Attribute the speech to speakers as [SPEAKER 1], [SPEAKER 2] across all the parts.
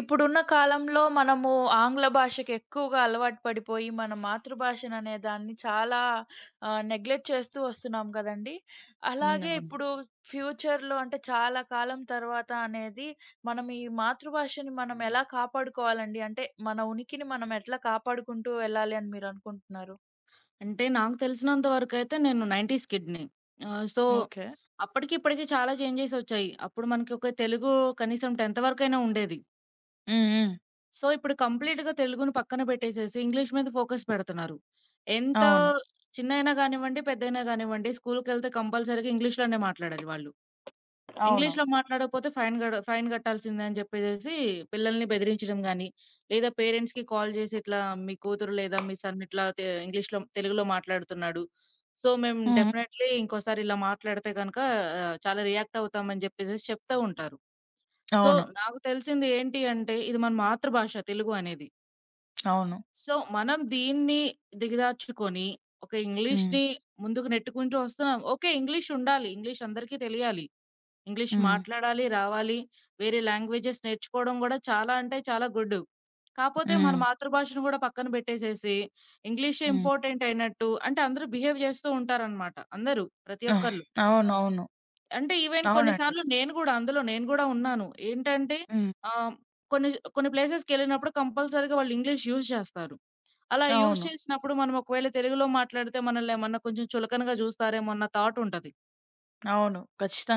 [SPEAKER 1] ఇప్పుడున్న కాలంలో మనము ఆంగ్ల భాషకి ఎక్కువగా అలవాటు పడిపోయి, మన మాతృభాషను అనే దాన్ని చాలా నెగ్లెక్ట్ చేస్తూ వస్తున్నాం కదండీ! అలాగే
[SPEAKER 2] అవును.
[SPEAKER 1] ఇప్పుడు ఫ్యూచర్‌లో అంటే చాలా కాలం తర్వాత అనేది మనం ఈ మాతృభాషని మనం ఎలా కాపాడుకోవాలండి? అంటే మన ఉనికిని మనం ఎట్లా కాపాడుకుంటూ వెళ్ళాలి అని మీరు అనుకుంటున్నారు?
[SPEAKER 2] అంటే నాకు తెలిసినంత వరకైతే నేను 90స్ కిడ్‌ని. ఆహ్, సో,
[SPEAKER 1] ఓకే.
[SPEAKER 2] అప్పటికి ఇప్పటికి చాలా చేంజెస్ వచ్చాయి. అప్పుడు మనకి ఒక తెలుగు కనీసం 10థ్ వరకైనా ఉండేది.
[SPEAKER 1] హ్మ్. హ్మ్.
[SPEAKER 2] సో, ఇప్పుడు కంప్లీట్‌గా తెలుగుని పక్కన పెట్టేసేసి ఇంగ్లీష్ మీద ఫోకస్ పెడుతున్నారు. ఎంత
[SPEAKER 1] అవును.
[SPEAKER 2] చిన్నైనా గానివ్వండి, పెద్దయినా గానివ్వండి స్కూల్‌కెళ్తే కంపల్సరీగా ఇంగ్లీష్‌లోనే మాట్లాడాలి వాళ్ళు.
[SPEAKER 1] అవును.
[SPEAKER 2] ఇంగ్లీష్‌లో మాట్లాడకపోతే ఫైన్ గడ ఫైన్ గట్టాల్సిందే అని చెప్పేసేసి పిల్లల్ని బెదిరించడం గాని, లేదా పేరెంట్స్‌కి కాల్ చేసి ఇట్లా మీ కూతురు లేదా మీ సన్ ఇట్లా ఇంగ్లీష్‌లో తెలుగులో మాట్లాడుతున్నాడు. సో, మేము
[SPEAKER 1] హ్మ్.
[SPEAKER 2] డెఫినైట్‌లీ ఇంకోసారి ఇలా మాట్లాడితే గనక చాలా రియాక్ట్ అవుతామని చెప్పేసేసి చెప్తా ఉంటారు. సో,
[SPEAKER 1] అవును.
[SPEAKER 2] నాకు తెలిసింది ఏంటి అంటే ఇది మన మాతృభాష తెలుగు అనేది.
[SPEAKER 1] అవును.
[SPEAKER 2] సో, మనం దీన్ని దిగజార్చుకొని ఒక
[SPEAKER 1] హ్మ్.
[SPEAKER 2] ఇంగ్లీష్‌ని ముందుకు నెట్టుకుంటూ వస్తున్నాం. ఓకే. ఇంగ్లీష్ ఉండాలి. ఇంగ్లీష్ అందరికీ తెలియాలి. ఇంగ్లీష్
[SPEAKER 1] హ్మ్.
[SPEAKER 2] మాట్లాడాలి, రావాలి. వేరే లాంగ్వేజెస్ నేర్చుకోవడం గూడా చాలా అంటే చాలా గుడ్. కాపోతే మన
[SPEAKER 1] హ్మ్.
[SPEAKER 2] మాతృభాషను గూడా పక్కన బెట్టేసేసి, ఇంగ్లీషే
[SPEAKER 1] హ్మ్.
[SPEAKER 2] ఇంపార్టెంట్ అయినట్టు అంటే అందరూ బిహేవ్ జేస్తూ ఉంటారనమాట. అందరూ ప్రతి
[SPEAKER 1] ఆ!
[SPEAKER 2] ఒక్కళ్ళు.
[SPEAKER 1] అవునవును.
[SPEAKER 2] అంటే ఈవెన్ కొన్ని
[SPEAKER 1] అవునండి.
[SPEAKER 2] సార్లు నేను గూడా అందులో నేను గూడా ఉన్నాను. ఏంటంటే
[SPEAKER 1] హ్మ్.
[SPEAKER 2] ఆహ్, కొన్ని కొన్ని ప్లేసెస్‌కెళ్ళినప్పుడు కంపల్సరీగా వాళ్ళు ఇంగ్లీష్ యూజ్ జేస్తారు. అలా యూజ్
[SPEAKER 1] అవును.
[SPEAKER 2] చేసినప్పుడు మనం ఒకవేళ తెలుగులో మాట్లాడితే మనల్నేమన్నా కొంచెం చులకనగా జూస్తారేమో అన్న థాట్ ఉంటది.
[SPEAKER 1] అవును.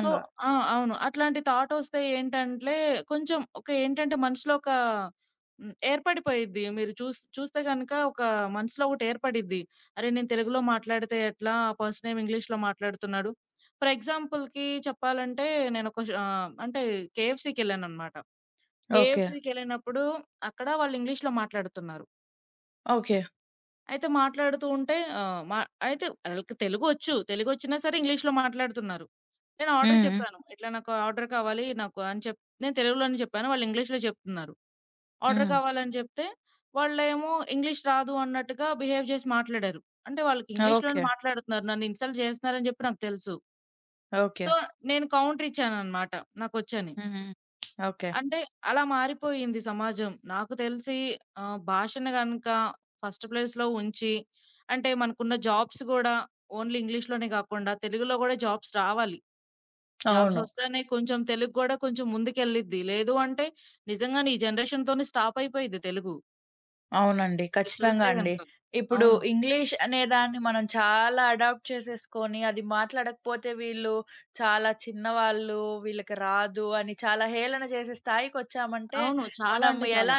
[SPEAKER 2] సో, ఆ! అవును. అట్లాంటి థాటొస్తే ఏంటంట్లే కొంచెం ఒక ఏంటంటే మనసులో ఒక ఏర్పడిపోయిద్ది. మీరు చూస్తే గనక ఒక మనసులో ఒకటేర్పడిద్ది. అరే! నేను తెలుగులో మాట్లాడితే ఎట్లా? ఆ పర్సనేమో ఇంగ్లీష్‌లో మాట్లాడుతున్నాడు. ఫర్ ఎగ్జాంపుల్‌కి చెప్పాలంటే నేనొక అంటే కేఎఫ్‌సీకెళ్ళాననమాట.
[SPEAKER 1] ఓకే.
[SPEAKER 2] కేఎఫ్‌సీకెళ్ళినప్పుడు అక్కడ వాళ్ళు ఇంగ్లీష్‌లో మాట్లాడుతున్నారు.
[SPEAKER 1] ఓకే.
[SPEAKER 2] అయితే మాట్లాడుతూ ఉంటే ఆహ్, మ అయితే ఆళ్ళకి తెలుగొచ్చు. తెలుగొచ్చినా సరే ఇంగ్లీష్‌లో మాట్లాడుతున్నారు. నేను ఆర్డర్
[SPEAKER 1] హ్మ్. హ్మ్.
[SPEAKER 2] చెప్పాను. ఇట్లా నాకు ఆర్డర్ కావాలి నాకు అని నేను తెలుగులోనే చెప్పాను. వాళ్ళు ఇంగ్లీష్‌లో చెప్తున్నారు. ఆర్డర్
[SPEAKER 1] హ్మ్.
[SPEAKER 2] కావాలని చెప్తే వాళ్ళేమో ఇంగ్లీష్ రాదు అన్నట్టుగా బిహేవ్ చేసి మాట్లాడారు. అంటే వాళ్ళకి ఇంగ్లీష్‌లోనే
[SPEAKER 1] ఓకే.
[SPEAKER 2] మాట్లాడుతున్నారు. నన్ను ఇన్సల్ట్ చేస్తున్నారని చెప్పి నాకు తెలుసు.
[SPEAKER 1] ఓకే.
[SPEAKER 2] సో, నేను కౌంటర్ ఇచ్చాననమాట నాకొచ్చని.
[SPEAKER 1] హ్మ్. ఓకే.
[SPEAKER 2] అంటే అలా మారిపోయింది సమాజం. నాకు తెలిసి భాషను గనుక ఫస్ట్ ప్లేస్‌లో ఉంచి అంటే మనకున్న జాబ్స్ గూడా ఓన్లీ ఇంగ్లీష్‌లోనే గాకుండా తెలుగులో గూడా జాబ్స్ రావాలి.
[SPEAKER 1] అవును.
[SPEAKER 2] జాబ్సొస్తేనే కొంచెం తెలుగు గూడా కొంచెం ముందుకెళ్ళిద్ది. లేదు అంటే నిజంగానే ఈ జనరేషన్‌తోనే స్టాప్ అయిపోయిద్ది తెలుగు.
[SPEAKER 1] అవునండి.
[SPEAKER 2] మీరు
[SPEAKER 1] ఖచ్చితంగా
[SPEAKER 2] చూస్తే
[SPEAKER 1] అండి.
[SPEAKER 2] గనుక.
[SPEAKER 1] ఇప్పుడు
[SPEAKER 2] అవును.
[SPEAKER 1] ఇంగ్లీష్ అనే దాన్ని మనం చాలా అడాప్ట్ చేసేసుకొని, అది మాట్లాడకపోతే వీళ్ళు చాలా చిన్నవాళ్ళు, వీళ్ళకి రాదు అని చాలా హేళన చేసే స్థాయికొచ్చామంటే,
[SPEAKER 2] అవును. చాలా
[SPEAKER 1] మనం
[SPEAKER 2] అంటే చాలా.
[SPEAKER 1] ఎలా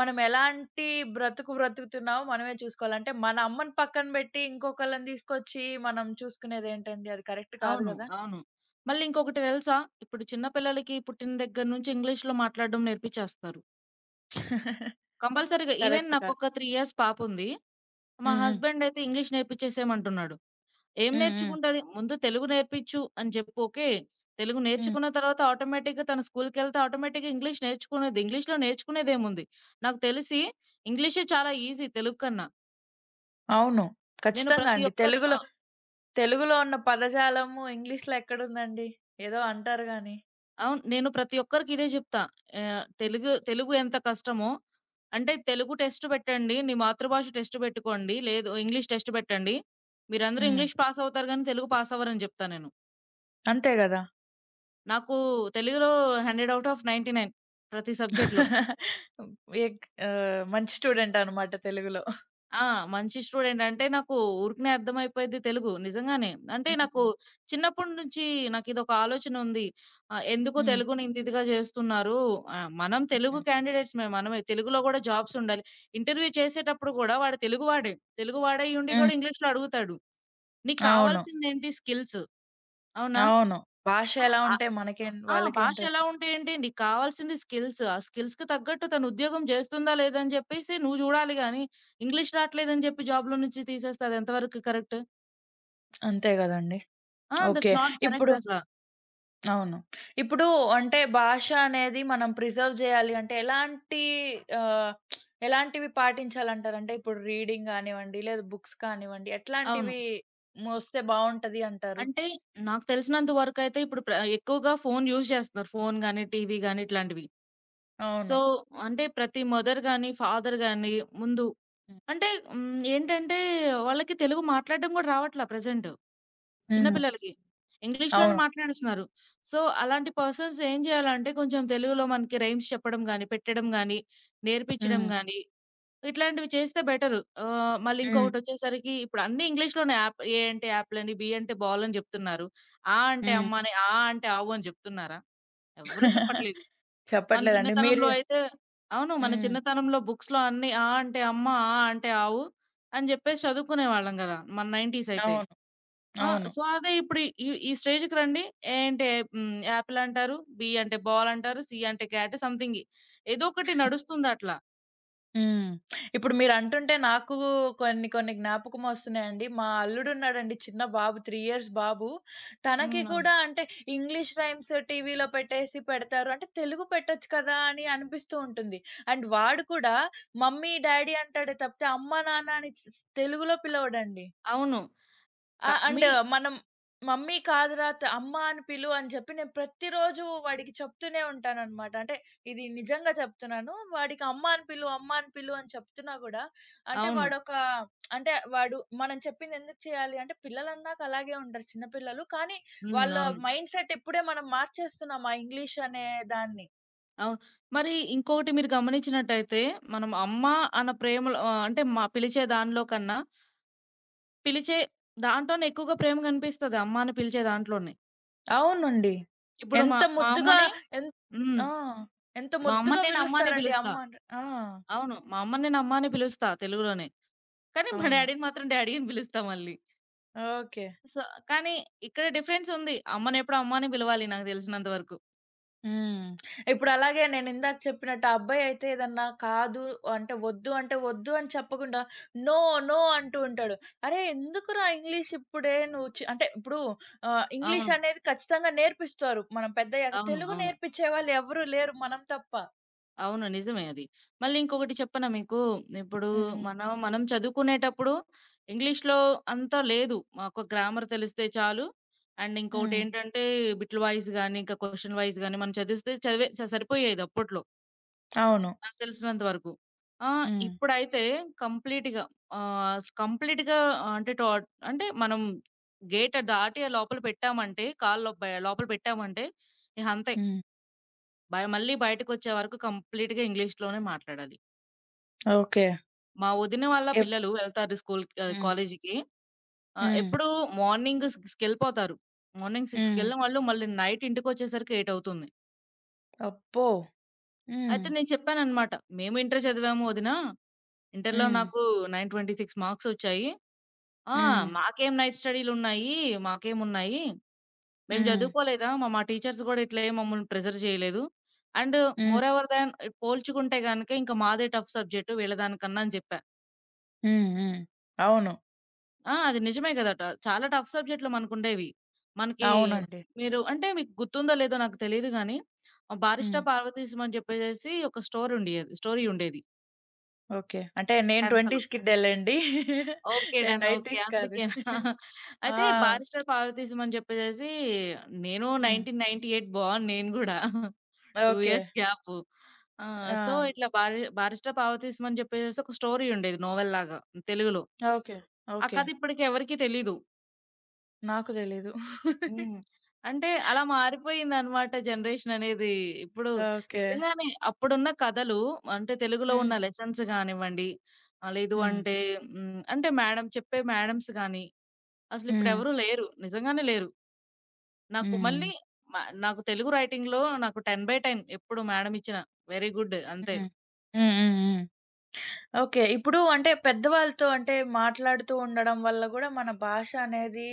[SPEAKER 1] మనం ఎలాంటి బ్రతుకు బ్రతుకుతున్నామో మనమే చూసుకోవాలి. అంటే మన అమ్మని పక్కన పెట్టి ఇంకొకళ్ళని తీసుకొచ్చి మనం చూసుకునేదేంటండి? అది కరెక్ట్ కాదు
[SPEAKER 2] అవును.
[SPEAKER 1] గదా!
[SPEAKER 2] అవును. మళ్ళీ ఇంకొకటి తెలుసా? ఇప్పుడు చిన్న పిల్లలకి పుట్టిన దగ్గర నుంచి ఇంగ్లీష్‌లో మాట్లాడడం నేర్పిచ్చేస్తారు. కంపల్సరీగా ఈవెన్
[SPEAKER 1] కరెక్ట్ కాదు.
[SPEAKER 2] నాకొక 3 ఇయర్స్ పాపుంది. మా
[SPEAKER 1] హ్మ్. హ్మ్.
[SPEAKER 2] హస్బెండ్ అయితే ఇంగ్లీష్ నేర్పిచ్చేసేయమంటున్నాడు. ఏం
[SPEAKER 1] హ్మ్. హ్మ్.
[SPEAKER 2] నేర్చుకుంటది? ముందు తెలుగు నేర్పిచ్చు అని జెప్పు. ఓకే. తెలుగు
[SPEAKER 1] హ్మ్.
[SPEAKER 2] నేర్చుకున్న తర్వాత ఆటోమేటిక్‌గా తను స్కూల్‌కెళ్తే ఆటోమేటిక్‌గా ఇంగ్లీష్ నేర్చుకునేది. ఇంగ్లీష్‌లో నేర్చుకునేదేముంది? నాకు తెలిసి ఇంగ్లీషే చాలా ఈజీ తెలుగు కన్నా.
[SPEAKER 1] అవును.
[SPEAKER 2] నేను
[SPEAKER 1] ఖచ్చితంగా
[SPEAKER 2] ప్రతి
[SPEAKER 1] అండి.
[SPEAKER 2] ఒక్కరు
[SPEAKER 1] తెలుగులో తెలుగులో ఉన్న పదజాలము ఇంగ్లీష్‌లో ఎక్కడుందండి? ఏదో అంటారు గానీ.
[SPEAKER 2] అవును. నేను ప్రతి ఒక్కరికి ఇదే జెప్తా.
[SPEAKER 1] హ్మ్.
[SPEAKER 2] తెలుగు తెలుగు ఎంత కష్టమో అంటే తెలుగు టెస్ట్ పెట్టండి. నీ మాతృభాష టెస్ట్ పెట్టుకోండి. లేదు ఇంగ్లీష్ టెస్ట్ పెట్టండి. మీరందరూ
[SPEAKER 1] హ్మ్.
[SPEAKER 2] ఇంగ్లీష్ పాస్ అవుతారు గానీ తెలుగు పాస్ అవ్వరని జెప్తా నేను.
[SPEAKER 1] అంతే గదా!
[SPEAKER 2] నాకు తెలుగులో 100 ఔట్ ఆఫ్ 99 ప్రతి
[SPEAKER 1] ఎగ్
[SPEAKER 2] సబ్జెక్ట్‌లో.
[SPEAKER 1] ఆహ్, మంచి స్టూడెంట్ అన్నమాట తెలుగులో.
[SPEAKER 2] ఆ! మంచి స్టూడెంట్. అంటే నాకు ఊరికనే అర్థమైపోయిద్ది తెలుగు నిజంగానే. అంటే నాకు
[SPEAKER 1] హ్మ్.
[SPEAKER 2] చిన్నప్పటి నుంచి నాకిదొక ఆలోచన ఉంది. ఎందుకు
[SPEAKER 1] హ్మ్.
[SPEAKER 2] తెలుగుని ఇంత ఇదిగా జేస్తున్నారు? మనం తెలుగు
[SPEAKER 1] హ్మ్.
[SPEAKER 2] క్యాండిడేట్స్‌మే మనమే. తెలుగులో గూడా జాబ్స్ ఉండాలి. ఇంటర్వ్యూ చేసేటప్పుడు గూడా వాడు తెలుగువాడే. తెలుగువాడై ఉండి
[SPEAKER 1] హ్మ్.
[SPEAKER 2] గూడా ఇంగ్లీష్‌లో అడుగుతాడు. నీకు
[SPEAKER 1] అవును.
[SPEAKER 2] కావాల్సిందేంటి? స్కిల్స్ అవునా?
[SPEAKER 1] అవును. భాష ఎలా
[SPEAKER 2] ఆ!
[SPEAKER 1] ఉంటే మనకేం
[SPEAKER 2] ఆ! భాష ఎలా
[SPEAKER 1] వాళ్ళకేంటండి?
[SPEAKER 2] ఉంటే ఏంటండి? కావాల్సింది స్కిల్స్. ఆ స్కిల్స్‌కి తగ్గట్టు తను ఉద్యోగం చేస్తుందా లేదా అని చెప్పేసి నువ్వు చూడాలి గానీ, ఇంగ్లీష్ రాట్లేదని చెప్పి జాబ్‌లో నుంచి తీసేస్తే అది ఎంత వరకు కరెక్ట్?
[SPEAKER 1] అంతే గదండీ.
[SPEAKER 2] ఆ! That's
[SPEAKER 1] okay.
[SPEAKER 2] నాట్
[SPEAKER 1] ఇప్పుడు
[SPEAKER 2] కరెక్ట్ అసల.
[SPEAKER 1] అవును. ఇప్పుడు అంటే భాష అనేది మనం ప్రిజర్వ్ జేయాలి అంటే ఎలాంటి ఆహ్, ఎలాంటివి పాటించాలంటారు? అంటే ఇప్పుడు రీడింగ్ గానివ్వండి, లేదా బుక్స్ కానివ్వండి,
[SPEAKER 2] అవును.
[SPEAKER 1] ఎట్లాంటివి మోస్తే బావుంటది అంటారు?
[SPEAKER 2] అంటే నాకు తెలిసినంత వరకైతే ఇప్పుడు ఎక్కువగా ఫోను యూజ్ చేస్తున్నారు. ఫోను గాని, టీవీ గాని ఇట్లాంటివి.
[SPEAKER 1] అవును.
[SPEAKER 2] సో, అంటే ప్రతి మదర్ గాని, ఫాదర్ గాని ముందు
[SPEAKER 1] హ్మ్.
[SPEAKER 2] అంటే ఏంటంటే వాళ్ళకి తెలుగు మాట్లాడడం కూడా రావట్లా ప్రెజెంట్. చిన్న
[SPEAKER 1] హ్మ్.
[SPEAKER 2] పిల్లలకి. ఇంగ్లీష్‌లోనే
[SPEAKER 1] అవును.
[SPEAKER 2] మాట్లాడేస్తున్నారు. సో, అలాంటి పర్సన్స్ ఏం జేయాలంటే కొంచెం తెలుగులో మనకి రైమ్స్ చెప్పడం గాని, పెట్టడం గాని, నేర్పించడం
[SPEAKER 1] హ్మ్.
[SPEAKER 2] గాని, ఇట్లాంటివి చేస్తే బెటరు. మళ్ళీ
[SPEAKER 1] హ్మ్.
[SPEAKER 2] ఇంకొకటొచ్చేసరికి ఇప్పుడు అన్నీ ఇంగ్లీష్‌లోనే యాప్ ఏ అంటే యాపిలని, బి అంటే బాల్ అని జెప్తున్నారు. ఆ అంటే
[SPEAKER 1] హ్మ్.
[SPEAKER 2] అమ్మ అని, ఆ అంటే ఆవు అని జెప్తున్నారా? ఎవ్వరు చెప్పట్లేదు. మన
[SPEAKER 1] చెప్పట్లేదండి. మీరు
[SPEAKER 2] చిన్నతనంలో అయితే అవును. మన
[SPEAKER 1] హ్మ్.
[SPEAKER 2] చిన్నతనంలో బుక్స్‌లో అన్నీ ఆ అంటే అమ్మ, ఆ అంటే ఆవు అని జెప్పేసి చదువుకునేవాళ్ళం గదా! మన 90స్ అయితే.
[SPEAKER 1] అవును.
[SPEAKER 2] ఆ!
[SPEAKER 1] అవును.
[SPEAKER 2] సో, అదే ఇప్పుడు ఈ ఈ స్టేజ్‌కి రండి. ఏంటే యాపిల్ అంటారు, బి అంటే బాల్ అంటారు, సి అంటే క్యాట్ సంథింగ్. ఏదో ఒకటి నడుస్తుందట్లా.
[SPEAKER 1] హ్మ్. ఇప్పుడు మీరంటుంటే నాకు కొన్ని కొన్ని జ్ఞాపకమొస్తున్నాయండి. మా అల్లుడున్నాడండి చిన్న బాబు 3 ఇయర్స్ బాబు. తనకి
[SPEAKER 2] హ్మ్.
[SPEAKER 1] కూడా అంటే ఇంగ్లీష్ రైమ్స్ టీవీలో పెట్టేసి పెడతారు. అంటే తెలుగు పెట్టొచ్చు కదా! అని అనిపిస్తూ ఉంటుంది. అండ్ వాడు కూడా మమ్మీ, డ్యాడీ అంటాడే తప్పితే అమ్మ, నాన్న అని తెలుగులో పిలవడండి.
[SPEAKER 2] అవును. క
[SPEAKER 1] ఆ! అండ్
[SPEAKER 2] మీ
[SPEAKER 1] మనం మమ్మీ కాదురా! అమ్మ అని పిలు అని చెప్పి నేను ప్రతిరోజు వాడికి చెప్తూనే ఉంటాననమాట. అంటే ఇది నిజంగా చెప్తున్నాను. వాడికి అమ్మ అని పిలు, అమ్మ అని పిలు అని చెప్తున్నా గూడా అంటే
[SPEAKER 2] అవును.
[SPEAKER 1] వాడొక అంటే వాడు మనం చెప్పింది ఎందుకు చేయాలి అంటే పిల్లలన్నాక అలాగే ఉంటారు చిన్న పిల్లలు. కానీ వాళ్ళ
[SPEAKER 2] అవును.
[SPEAKER 1] మైండ్ సెట్ ఇప్పుడే మనం మార్చేస్తున్నాం ఆ ఇంగ్లీష్ అనే దాన్ని.
[SPEAKER 2] అవును. మరి ఇంకోటి మీరు గమనించినట్టయితే, మనం అమ్మ అన్న ప్రేమలో అంటే పిలిచే దానిలో కన్నా, పిలిచే దాంట్లోనే ఎక్కువగా ప్రేమ కనిపిస్తది. అమ్మ అని పిలిచే దాంట్లోనే.
[SPEAKER 1] అవునండి.
[SPEAKER 2] ఇప్పుడు మా
[SPEAKER 1] ఎంత
[SPEAKER 2] మా
[SPEAKER 1] ముద్దుగా
[SPEAKER 2] అమ్మని
[SPEAKER 1] ఎన్
[SPEAKER 2] హ్మ్.
[SPEAKER 1] ఆ! ఎంత
[SPEAKER 2] మా
[SPEAKER 1] ముద్దుగా
[SPEAKER 2] అమ్మని నేను అమ్మ అనే
[SPEAKER 1] పిలుస్తారండి
[SPEAKER 2] పిలుస్తా.
[SPEAKER 1] అమ్మ అంటే. ఆ!
[SPEAKER 2] అవును. మా అమ్మని నేను అమ్మ అనే పిలుస్తా తెలుగులోనే. కానీ మా
[SPEAKER 1] అవును.
[SPEAKER 2] డ్యాడీని మాత్రం డ్యాడీ అని పిలుస్తా మళ్ళీ.
[SPEAKER 1] ఓకే.
[SPEAKER 2] సో, కానీ ఇక్కడ డిఫరెన్స్ ఉంది. అమ్మనెప్పుడు అమ్మ అనే పిలవాలి నాకు తెలిసినంత వరకు.
[SPEAKER 1] హ్మ్. ఇప్పుడలాగే నేనిందాక చెప్పినట్టు ఆ అబ్బాయయితే ఏదన్నా కాదు అంటే వద్దు అంటే వద్దు అని చెప్పకుండా నో, నో అంటూ ఉంటాడు. అరే! ఎందుకురా ఇంగ్లీష్ ఇప్పుడే నువ్వు అంటే ఇప్పుడు ఇంగ్లీష్
[SPEAKER 2] అవును.
[SPEAKER 1] అనేది ఖచ్చితంగా నేర్పిస్తారు. మనం పెద్దయ్యాక.
[SPEAKER 2] అవును.
[SPEAKER 1] తెలుగు
[SPEAKER 2] అవును.
[SPEAKER 1] నేర్పించే వాళ్ళు ఎవరు లేరు మనం తప్ప.
[SPEAKER 2] అవును. నిజమే అది. మళ్ళీ ఇంకొకటి చెప్పనా మీకు? ఇప్పుడు
[SPEAKER 1] హ్మ్. హ్మ్.
[SPEAKER 2] మనం మనం చదువుకునేటప్పుడు ఇంగ్లీష్‌లో అంత లేదు. మాకు గ్రామర్ తెలిస్తే చాలు. అండ్
[SPEAKER 1] హ్మ్.
[SPEAKER 2] ఇంకోటేంటంటే బిట్ వైస్ గాని, ఇంకా క్వెషన్ వైస్ గాని మనం చదివిస్తే చదివే స సరిపోయేది అప్పట్లో.
[SPEAKER 1] అవును.
[SPEAKER 2] నాకు తెలిసినంత వరకు. ఆ!
[SPEAKER 1] హ్మ్.
[SPEAKER 2] ఇప్పుడైతే కంప్లీట్‌గా ఆహ్, స్ కంప్లీట్‌గా అంటే టో అంటే మనం గేట్ దాటి లోపల పెట్టామంటే కాళ్ళు బ లోపల పెట్టామంటే ఇహ అంతే.
[SPEAKER 1] హ్మ్.
[SPEAKER 2] బ మళ్ళీ బయటకొచ్చే వరకు కంప్లీట్‌గా ఇంగ్లీష్‌లోనే మాట్లాడాలి.
[SPEAKER 1] ఓకే.
[SPEAKER 2] మా వదిన వాళ్ళ
[SPEAKER 1] ఎప్
[SPEAKER 2] పిల్లలు వెళ్తారు స్కూల్‌కి
[SPEAKER 1] హ్మ్.
[SPEAKER 2] కాలేజీకి.
[SPEAKER 1] హ్మ్.
[SPEAKER 2] ఎప్పుడు మార్నింగ్ 6కెళ్ళిపోతారు. మార్నింగ్
[SPEAKER 1] హ్మ్.
[SPEAKER 2] 6కెళ్ళిన వాళ్ళు మళ్ళీ నైట్ ఇంటికొచ్చేసరికి 8 అవుతుంది.
[SPEAKER 1] అబ్బో! హ్మ్.
[SPEAKER 2] అయితే నేను చెప్పాననమాట. "మేము ఇంటర్ చదివాము వదిన. ఇంటర్‌లో
[SPEAKER 1] హ్మ్.
[SPEAKER 2] నాకు 926 మార్క్స్ వచ్చాయి. ఆ!
[SPEAKER 1] హ్మ్.
[SPEAKER 2] మాకేం నైట్ స్టడీలున్నాయి. మాకేమున్నాయి. మేము
[SPEAKER 1] హ్మ్.
[SPEAKER 2] చదువుకోలేదా? మా మా టీచర్స్ గూడా ఇట్లా ఏం మమ్మల్ని ప్రెషర్ చేయలేదు. అండ్
[SPEAKER 1] హ్మ్.
[SPEAKER 2] మోర్ ఎవర్ దాన్ పోల్చుకుంటే గనక ఇంక మాదే టఫ్ సబ్జెక్ట్ వీళ్ళ దానికన్నా అని జెప్పా.
[SPEAKER 1] హ్మ్. హ్మ్. అవును.
[SPEAKER 2] ఆ! అది నిజమే గదా! ట చాలా టఫ్ సబ్జెక్ట్‌లు మనకుండేవి. మనకి
[SPEAKER 1] అవునండి.
[SPEAKER 2] మీరు అంటే మీకు గుర్తుందో లేదో నాకు తెలీదు గానీ,
[SPEAKER 1] హ్మ్.
[SPEAKER 2] 'బారిస్టా పార్వతీశం' అని జెప్పేసేసి ఒక స్టోరీ ఉండేది
[SPEAKER 1] ఓకే. అంటే నేను
[SPEAKER 2] 10థ్
[SPEAKER 1] 20స్ కిడ్డేలెండి.
[SPEAKER 2] ఓకే.
[SPEAKER 1] నేను
[SPEAKER 2] డన్. ఓకే.
[SPEAKER 1] 90స్ కాదు.
[SPEAKER 2] అందుకేనా? అయితే
[SPEAKER 1] ఆ!
[SPEAKER 2] 'బారిస్టర్ పార్వతీశం' అని చెప్పేసేసి నేను
[SPEAKER 1] హ్మ్.
[SPEAKER 2] 1998 బోర్న్ నేను గూడా. 2
[SPEAKER 1] ఓకే.
[SPEAKER 2] Years gap. ఆ!
[SPEAKER 1] ఆ!
[SPEAKER 2] సో, ఇట్లా 'బారిస్టర్ పార్వతీశం' అని చెప్పేసేసి ఒక స్టోరీ ఉండేది నోవెల్‌లాగా తెలుగులో.
[SPEAKER 1] ఓకే.
[SPEAKER 2] ఆ
[SPEAKER 1] ఓకే.
[SPEAKER 2] కథ ఇప్పటికెవరికీ తెలీదు.
[SPEAKER 1] నాకు తెలీదు.
[SPEAKER 2] హ్మ్. అంటే అలా మారిపోయిందనమాట జనరేషన్ అనేది. ఇప్పుడు
[SPEAKER 1] ఓకే.
[SPEAKER 2] నిజంగానే అప్పుడున్న కథలు అంటే తెలుగులో
[SPEAKER 1] హ్మ్.
[SPEAKER 2] ఉన్న లెసన్స్ గానివ్వండి, లేదు
[SPEAKER 1] హ్మ్.
[SPEAKER 2] అంటే అంటే మేడం చెప్పే మేడమ్స్ గాని
[SPEAKER 1] హ్మ్.
[SPEAKER 2] అసలిప్పుడెవరు లేరు. నిజంగానే లేరు. నాకు
[SPEAKER 1] హ్మ్.
[SPEAKER 2] మళ్ళీ మ నాకు తెలుగు రైటింగ్‌లో నాకు 10/10 ఎప్పుడు మేడమ్ ఇచ్చిన వెరీ గుడ్ అంతే.
[SPEAKER 1] హ్మ్. హ్మ్. హ్మ్. హ్మ్. ఓకే. ఇప్పుడు అంటే పెద్దవాళ్ళతో అంటే మాట్లాడుతూ ఉండడం వల్ల గూడా మన భాష అనేది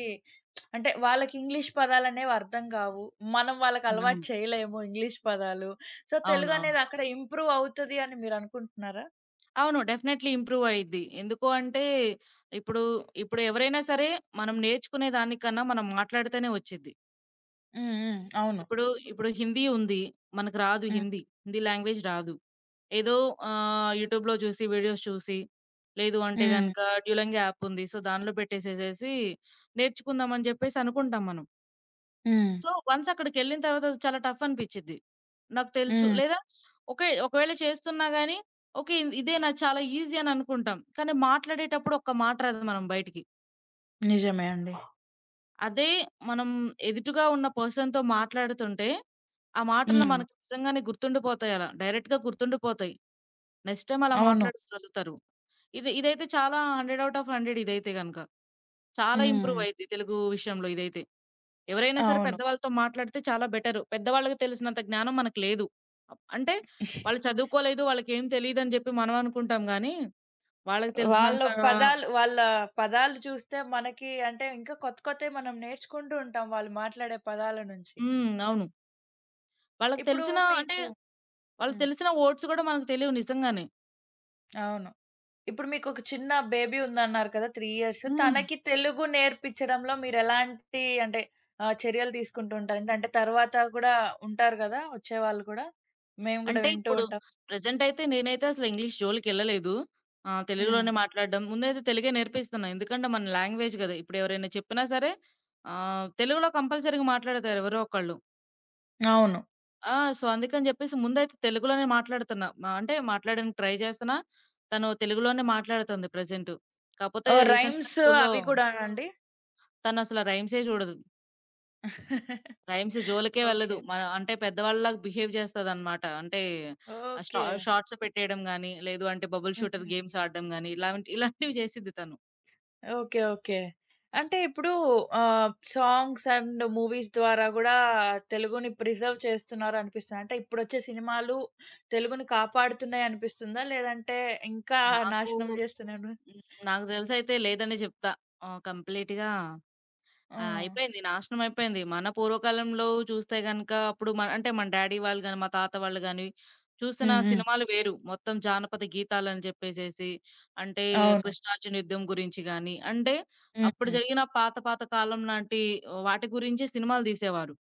[SPEAKER 1] అంటే వాళ్ళకి ఇంగ్లీష్ పదాలనేవి అర్థం గావు. మనం వాళ్ళకి అలవాటు
[SPEAKER 2] అవును.
[SPEAKER 1] చేయలేము ఇంగ్లీష్ పదాలు. సో, తెలుగు
[SPEAKER 2] అవునవును.
[SPEAKER 1] అనేది అక్కడ ఇంప్రూవ్ అవుతది అని మీరనుకుంటున్నారా?
[SPEAKER 2] అవును. డెఫినైట్‌లీ ఇంప్రూవ్ అయ్యిద్ది. ఎందుకు అంటే ఇప్పుడు, ఇప్పుడు ఎవరైనా సరే మనం నేర్చుకునే దానికన్నా మనం మాట్లాడితేనే వచ్చిద్ది.
[SPEAKER 1] హ్మ్. హ్మ్. అవును.
[SPEAKER 2] ఇప్పుడు, ఇప్పుడు హిందీ ఉంది. మనకు రాదు
[SPEAKER 1] హ్మ్.
[SPEAKER 2] హిందీ. హిందీ లాంగ్వేజ్ రాదు. ఏదో యూట్యూబ్‌లో చూసి, వీడియోస్ చూసి, లేదు అంటే
[SPEAKER 1] హ్మ్.
[SPEAKER 2] గనక డ్యూలింగో యాప్ ఉంది. సో, దానిలో పెట్టేసేసేసి నేర్చుకుందాం అని చెప్పేసి అనుకుంటాం మనం.
[SPEAKER 1] హ్మ్.
[SPEAKER 2] సో, వన్స్ అక్కడికెళ్ళిన తర్వాత అది చాలా టఫ్ అనిపిచ్చిద్ది. నాకు తెలుసు.
[SPEAKER 1] హ్మ్.
[SPEAKER 2] లేదా ఓకే. ఒకవేళ చేస్తున్నా గాని ఓకే. ఇదే నా చాలా ఈజీ అని అనుకుంటాం. కానీ మాట్లాడేటప్పుడు ఒక్క మాట రాదు మనం బయటికి.
[SPEAKER 1] నిజమే అండి.
[SPEAKER 2] అదే మనం ఎదుటుగా ఉన్న పర్సన్‌తో మాట్లాడుతుంటే, ఆ మాటలు
[SPEAKER 1] హ్మ్.
[SPEAKER 2] మనకు నిజంగానే గుర్తుండిపోతాయి అలా. డైరెక్ట్‌గా గుర్తుండిపోతాయి. నెక్స్ట్ టైమ్ అలా
[SPEAKER 1] అవును.
[SPEAKER 2] మాట్లాడగలుగుతారు. ఇది ఇదైతే చాలా 100 ఔట్ ఆఫ్ 100 ఇదైతే గనక. చాలా ఇంప్రూవ్
[SPEAKER 1] హ్మ్.
[SPEAKER 2] అయిద్ది తెలుగు విషయంలో ఇదైతే. ఎవరైనా సరే
[SPEAKER 1] అవును.
[SPEAKER 2] పెద్దవాళ్ళతో మాట్లాడితే చాలా బెటరు. పెద్దవాళ్ళకి తెలిసినంత జ్ఞానం మనకు లేదు. అప్ అంటే వాళ్ళు చదువుకోలేదు, వాళ్ళకేం తెలీదని జెప్పి మనం అనుకుంటాం గానీ, వాళ్ళకి
[SPEAKER 1] వాళ్ళ
[SPEAKER 2] తెలిసినంత
[SPEAKER 1] వాళ్ళ పదాలు చూస్తే మనకి అంటే ఇంకా కొత్త కొత్తవి మనం నేర్చుకుంటూ ఉంటాం వాళ్ళు మాట్లాడే పదాల నుంచి.
[SPEAKER 2] అవును. వాళ్ళకి
[SPEAKER 1] ఇప్పుడు
[SPEAKER 2] తెలిసిన అంటే
[SPEAKER 1] మీకు
[SPEAKER 2] వాళ్ళకి
[SPEAKER 1] హ్మ్.
[SPEAKER 2] తెలిసిన వర్డ్స్ గూడా మనకు తెలియవు నిజంగానే.
[SPEAKER 1] అవును. ఇప్పుడు మీకొక చిన్న బేబీ ఉందన్నారు కదా! 3 ఇయర్స్.
[SPEAKER 2] హ్మ్.
[SPEAKER 1] తనకి తెలుగు నేర్పించడంలో మీరెలాంటి అంటే చర్యలు తీసుకుంటూ ఉంటారు? ఎందుకంటే తర్వాత కూడా ఉంటారు గదా! వచ్చేవాళ్ళు కూడా. మేము కూడా
[SPEAKER 2] అంటే
[SPEAKER 1] వింటూ
[SPEAKER 2] ఇప్పుడు
[SPEAKER 1] ఉంటాం.
[SPEAKER 2] ప్రెజెంట్ అయితే నేనైతే అసలు ఇంగ్లీష్ జోలికెళ్ళలేదు.
[SPEAKER 1] హ్మ్.
[SPEAKER 2] తెలుగులోనే మాట్లాడడం. ముందైతే తెలుగే నేర్పిస్తున్నా. ఎందుకంటే మన లాంగ్వేజ్ గదా! ఇప్పుడు ఎవరైనా చెప్పినా సరే తెలుగులో కంపల్సరీగా మాట్లాడతారు ఎవరో ఒకళ్ళు.
[SPEAKER 1] అవును.
[SPEAKER 2] ఆ! సో, అందుకని జెప్పేసి ముందైతే తెలుగులోనే మాట్లాడుతున్నా. అంటే మాట్లాడడానికి ట్రై జేస్తున్నా. తను తెలుగులోనే మాట్లాడుతుంది ప్రెజెంటు. కాపోతే
[SPEAKER 1] ఓహ్!
[SPEAKER 2] రీసెంట్‌గా
[SPEAKER 1] రైమ్స్
[SPEAKER 2] స్కూల్‌లో
[SPEAKER 1] అవి కూడానా అండి?
[SPEAKER 2] తనసల రైమ్సే జూడదు. రైమ్స్ జోలికే వెళ్ళదు.
[SPEAKER 1] ఓకే.
[SPEAKER 2] మన అంటే పెద్దవాళ్ళలాగా బిహేవ్ జేస్తదనమాట. అంటే ఆహ్, స్టా
[SPEAKER 1] ఓకే.
[SPEAKER 2] షార్ట్స్ పెట్టేయడం గాని, లేదు అంటే బబుల్ షూటర్
[SPEAKER 1] హుహు.
[SPEAKER 2] గేమ్స్ ఆడడం గాని, ఇలాంటి ఇలాంటివి జేసిద్ది తను.
[SPEAKER 1] ఓకే. ఓకే. అంటే ఇప్పుడు సాంగ్స్ అండ్ మూవీస్ ద్వారా గూడా తెలుగుని ప్రిజర్వ్ చేస్తున్నారనిపిస్తుంది. అంటే ఇప్పుడొచ్చే సినిమాలు తెలుగుని కాపాడుతున్నాయనిపిస్తుందా? లేదంటే ఇంకా
[SPEAKER 2] నాకు
[SPEAKER 1] నాశనం జేస్తున్నాడు.
[SPEAKER 2] హ్మ్. నాకు దెలిసయితే లేదనే జెప్తా. కంప్లీట్‌గా
[SPEAKER 1] ఆ!
[SPEAKER 2] ఆ! అయిపోయింది. నాశనం అయిపోయింది. మన పూర్వకాలంలో చూస్తే గనక అప్పుడు మన అంటే మన డ్యాడీ వాళ్ళు గాని, మా తాత వాళ్ళు గాని చూసిన
[SPEAKER 1] హ్మ్. హ్మ్.
[SPEAKER 2] సినిమాలు వేరు. మొత్తం జానపద గీతాలని చెప్పేసేసి అంటే
[SPEAKER 1] అవును.
[SPEAKER 2] కృష్ణార్జున యుద్ధం గురించి గాని, అంటే అప్పుడు
[SPEAKER 1] హుహు.
[SPEAKER 2] జరిగిన పాత పాత కాలం లాంటి వాటి గురించి సినిమాలు తీసేవారు.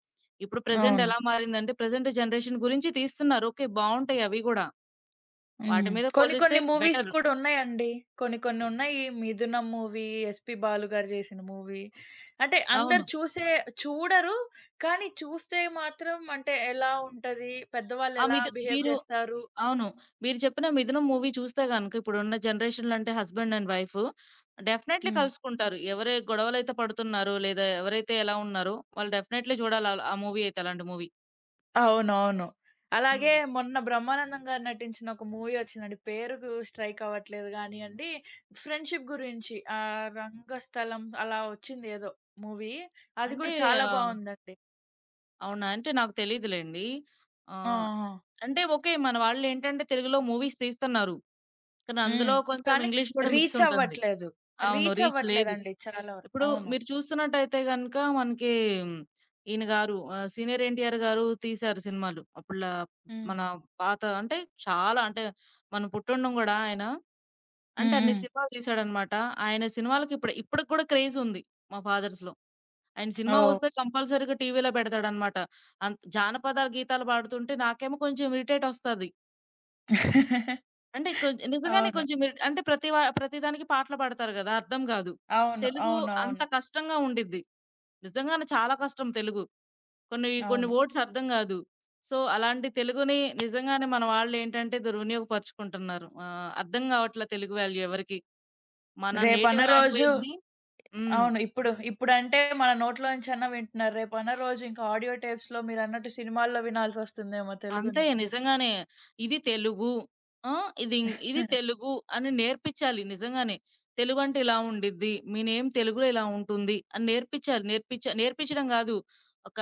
[SPEAKER 2] ఇప్పుడు ప్రెజెంట్
[SPEAKER 1] అవును.
[SPEAKER 2] ఎలా మారిందంటే ప్రెజెంట్ జనరేషన్ గురించి తీస్తున్నారు. ఓకే. బావుంటాయి అవి గూడా. వాటి
[SPEAKER 1] హ్మ్.
[SPEAKER 2] మీద
[SPEAKER 1] కొన్ని
[SPEAKER 2] పోలిస్తే
[SPEAKER 1] కొన్ని మూవీస్
[SPEAKER 2] బెటర్.
[SPEAKER 1] కూడా ఉన్నాయండి. కొన్ని కొన్ని ఉన్నాయి. 'మిథునం' మూవీ, 'ఎస్‌పీ బాలు' గారు చేసిన మూవీ. అంటే
[SPEAKER 2] అవును.
[SPEAKER 1] అందరూ చూసే చూడరు. కానీ చూస్తే మాత్రం అంటే ఎలా ఉంటది? పెద్దవాళ్ళు
[SPEAKER 2] ఆ!
[SPEAKER 1] ఎలా
[SPEAKER 2] మీద
[SPEAKER 1] బిహేవ్
[SPEAKER 2] మీరు
[SPEAKER 1] చేస్తారు?
[SPEAKER 2] అవును. మీరు చెప్పిన 'మిథునం' మూవీ చూస్తే గనక ఇప్పుడున్న జనరేషన్‌లో అంటే హస్బెండ్ అండ్ వైఫ్ డెఫినైట్‌లీ
[SPEAKER 1] హ్మ్.
[SPEAKER 2] కలుసుకుంటారు. ఎవరే గొడవలైతే పడుతున్నారో లేదా ఎవరైతే ఎలా ఉన్నారో వాళ్ళు డెఫినైట్‌లీ చూడాలి ఆల్ ఆ మూవీ అయితే అలాంటి మూవీ.
[SPEAKER 1] అవునవును. అలాగే
[SPEAKER 2] హ్మ్.
[SPEAKER 1] మొన్న 'బ్రహ్మానందం' గారు నటించిన ఒక మూవీ వచ్చిందండి. పేరుకు స్ట్రైక్ అవ్వట్లేదు గానియండి. ఫ్రెండ్‌షిప్ గురించి 'రంగస్థలం' అలా వచ్చింది ఏదో మూవీ. అది
[SPEAKER 2] అంటే
[SPEAKER 1] కూడా చాలా
[SPEAKER 2] ఆహ్,
[SPEAKER 1] బావుందండి.
[SPEAKER 2] అవునా? అంటే నాకు తెలీదులెండి.
[SPEAKER 1] ఆ!
[SPEAKER 2] ఆహ్,
[SPEAKER 1] ఆ!
[SPEAKER 2] అంటే ఓకే. మన వాళ్ళేంటంటే తెలుగులో మూవీస్ తీస్తున్నారు. కానీ
[SPEAKER 1] హ్మ్.
[SPEAKER 2] అందులో కొంచెం
[SPEAKER 1] కానీ
[SPEAKER 2] ఇంగ్లీష్ కూడా మిక్స్
[SPEAKER 1] రీచ్
[SPEAKER 2] ఉంటుంది.
[SPEAKER 1] అవ్వట్లేదు.
[SPEAKER 2] అవును.
[SPEAKER 1] రీచ్
[SPEAKER 2] రీచ్ లేదు.
[SPEAKER 1] అవ్వట్లేదండి. ఓకే. చాలా వరకు.
[SPEAKER 2] ఇప్పుడు
[SPEAKER 1] అవును.
[SPEAKER 2] మీరు చూస్తున్నట్టయితే గనక మనకి ఈయన గారు సీనియర్ ఎన్టీఆర్ గారు తీశారు సినిమాలు. అప్పుడ్లా
[SPEAKER 1] హ్మ్.
[SPEAKER 2] మన పాత అంటే చాలా అంటే మనం పుట్టుండం గూడా ఆయన
[SPEAKER 1] హ్మ్.
[SPEAKER 2] అంటే అన్ని
[SPEAKER 1] హ్మ్.
[SPEAKER 2] సినిమాలు తీశాడనమాట. ఆయన సినిమాలకి ఇప్పుడు ఇప్పటికి కూడా క్రేజుంది మా ఫాదర్స్‌లో. ఆయన సినిమా
[SPEAKER 1] ఓహ్!
[SPEAKER 2] వస్తే కంపల్సరీగా టీవీలో పెడతాడనమాట. అంత్ జానపద గీతాలు పాడుతుంటే నాకేమో కొంచెం ఇరిటేటొస్తది. అంటే నిజంగానే
[SPEAKER 1] అవును.
[SPEAKER 2] కొంచెం అంటే ప్రతి దానికి పాటలు పాడతారు గదా! అర్థం గాదు.
[SPEAKER 1] అవును.
[SPEAKER 2] తెలుగు అంత
[SPEAKER 1] అవునవును.
[SPEAKER 2] కష్టంగా ఉండిద్ది. నిజంగానే చాలా కష్టం తెలుగు. కొన్ని, కొన్ని
[SPEAKER 1] అవును.
[SPEAKER 2] వర్డ్స్ అర్థం గాదు. సో, అలాంటి తెలుగుని నిజంగానే మన వాళ్ళేంటంటే దుర్వినియోగపరుచుకుంటున్నారు. అర్థం గావట్ల తెలుగు వాల్యూ ఎవరికీ. మన
[SPEAKER 1] రేపన్న
[SPEAKER 2] నేటివ్
[SPEAKER 1] రోజు
[SPEAKER 2] లాంగ్వేజ్‌ని హ్మ్.
[SPEAKER 1] అవును. ఇప్పుడు ఇప్పుడంటే మన నోట్లో నుంచన్నా వింటున్నారు. రేపన్న రోజు ఇంకా ఆడియో టేప్స్‌లో మీరన్నట్టు సినిమాల్లో వినాల్సొస్తుందేమో
[SPEAKER 2] అంతే
[SPEAKER 1] తెలుగుని.
[SPEAKER 2] నిజంగానే. ఇది తెలుగు. ఆ! ఇది ఇది తెలుగు అని నేర్పిచ్చాలి నిజంగానే. తెలుగంటే ఇలా ఉండిద్ది. మీ నేమ్ తెలుగులో ఇలా ఉంటుంది అని నేర్పిచ్చాలి. నేర్పిచ్చడం గాదు. ఒక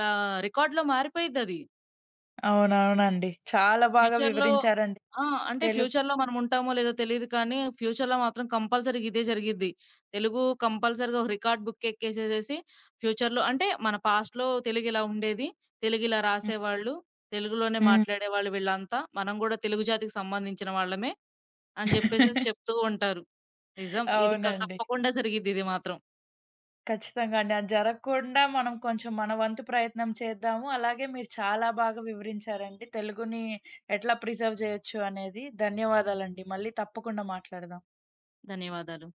[SPEAKER 2] రికార్డ్‌లో మారిపోయిద్దది.
[SPEAKER 1] అవునవునండి. చాలా బాగా
[SPEAKER 2] ఫ్యూచర్‌లో
[SPEAKER 1] వివరించారండి.
[SPEAKER 2] ఆ! అంటే
[SPEAKER 1] తెలుగు
[SPEAKER 2] ఫ్యూచర్‌లో మనం ఉంటామో లేదో తెలీదు కానీ, ఫ్యూచర్‌లో మాత్రం కంపల్సరీగా ఇదే జరిగిద్ది. తెలుగు కంపల్సరీగా ఒక రికార్డ్ బుక్ ఎక్కేసేసేసి ఫ్యూచర్‌లో అంటే మన పాస్ట్‌లో తెలుగు ఇలా ఉండేది. తెలుగు ఇలా
[SPEAKER 1] హ్మ్.
[SPEAKER 2] రాసేవాళ్ళు. తెలుగులోనే
[SPEAKER 1] హ్మ్.
[SPEAKER 2] మాట్లాడేవాళ్ళు వీళ్ళంతా. మనం గూడా తెలుగు జాతికి సంబంధించిన వాళ్ళమే అని జెప్పేసేసి చెప్తూ ఉంటారు. నిజం. ఇది
[SPEAKER 1] అవునండి.
[SPEAKER 2] తప్పకుండా జరిగిద్ది ఇది మాత్రం.
[SPEAKER 1] ఖచ్చితంగా అండి. అది జరగకుండా మనం కొంచెం మన వంతు ప్రయత్నం చేద్దాము. అలాగే మీరు చాలా బాగా వివరించారండి. తెలుగుని ఎట్లా ప్రిజర్వ్ చేయొచ్చు అనేది. ధన్యవాదాలండి. మళ్ళీ తప్పకుండా మాట్లాడదాం.
[SPEAKER 2] ధన్యవాదాలు.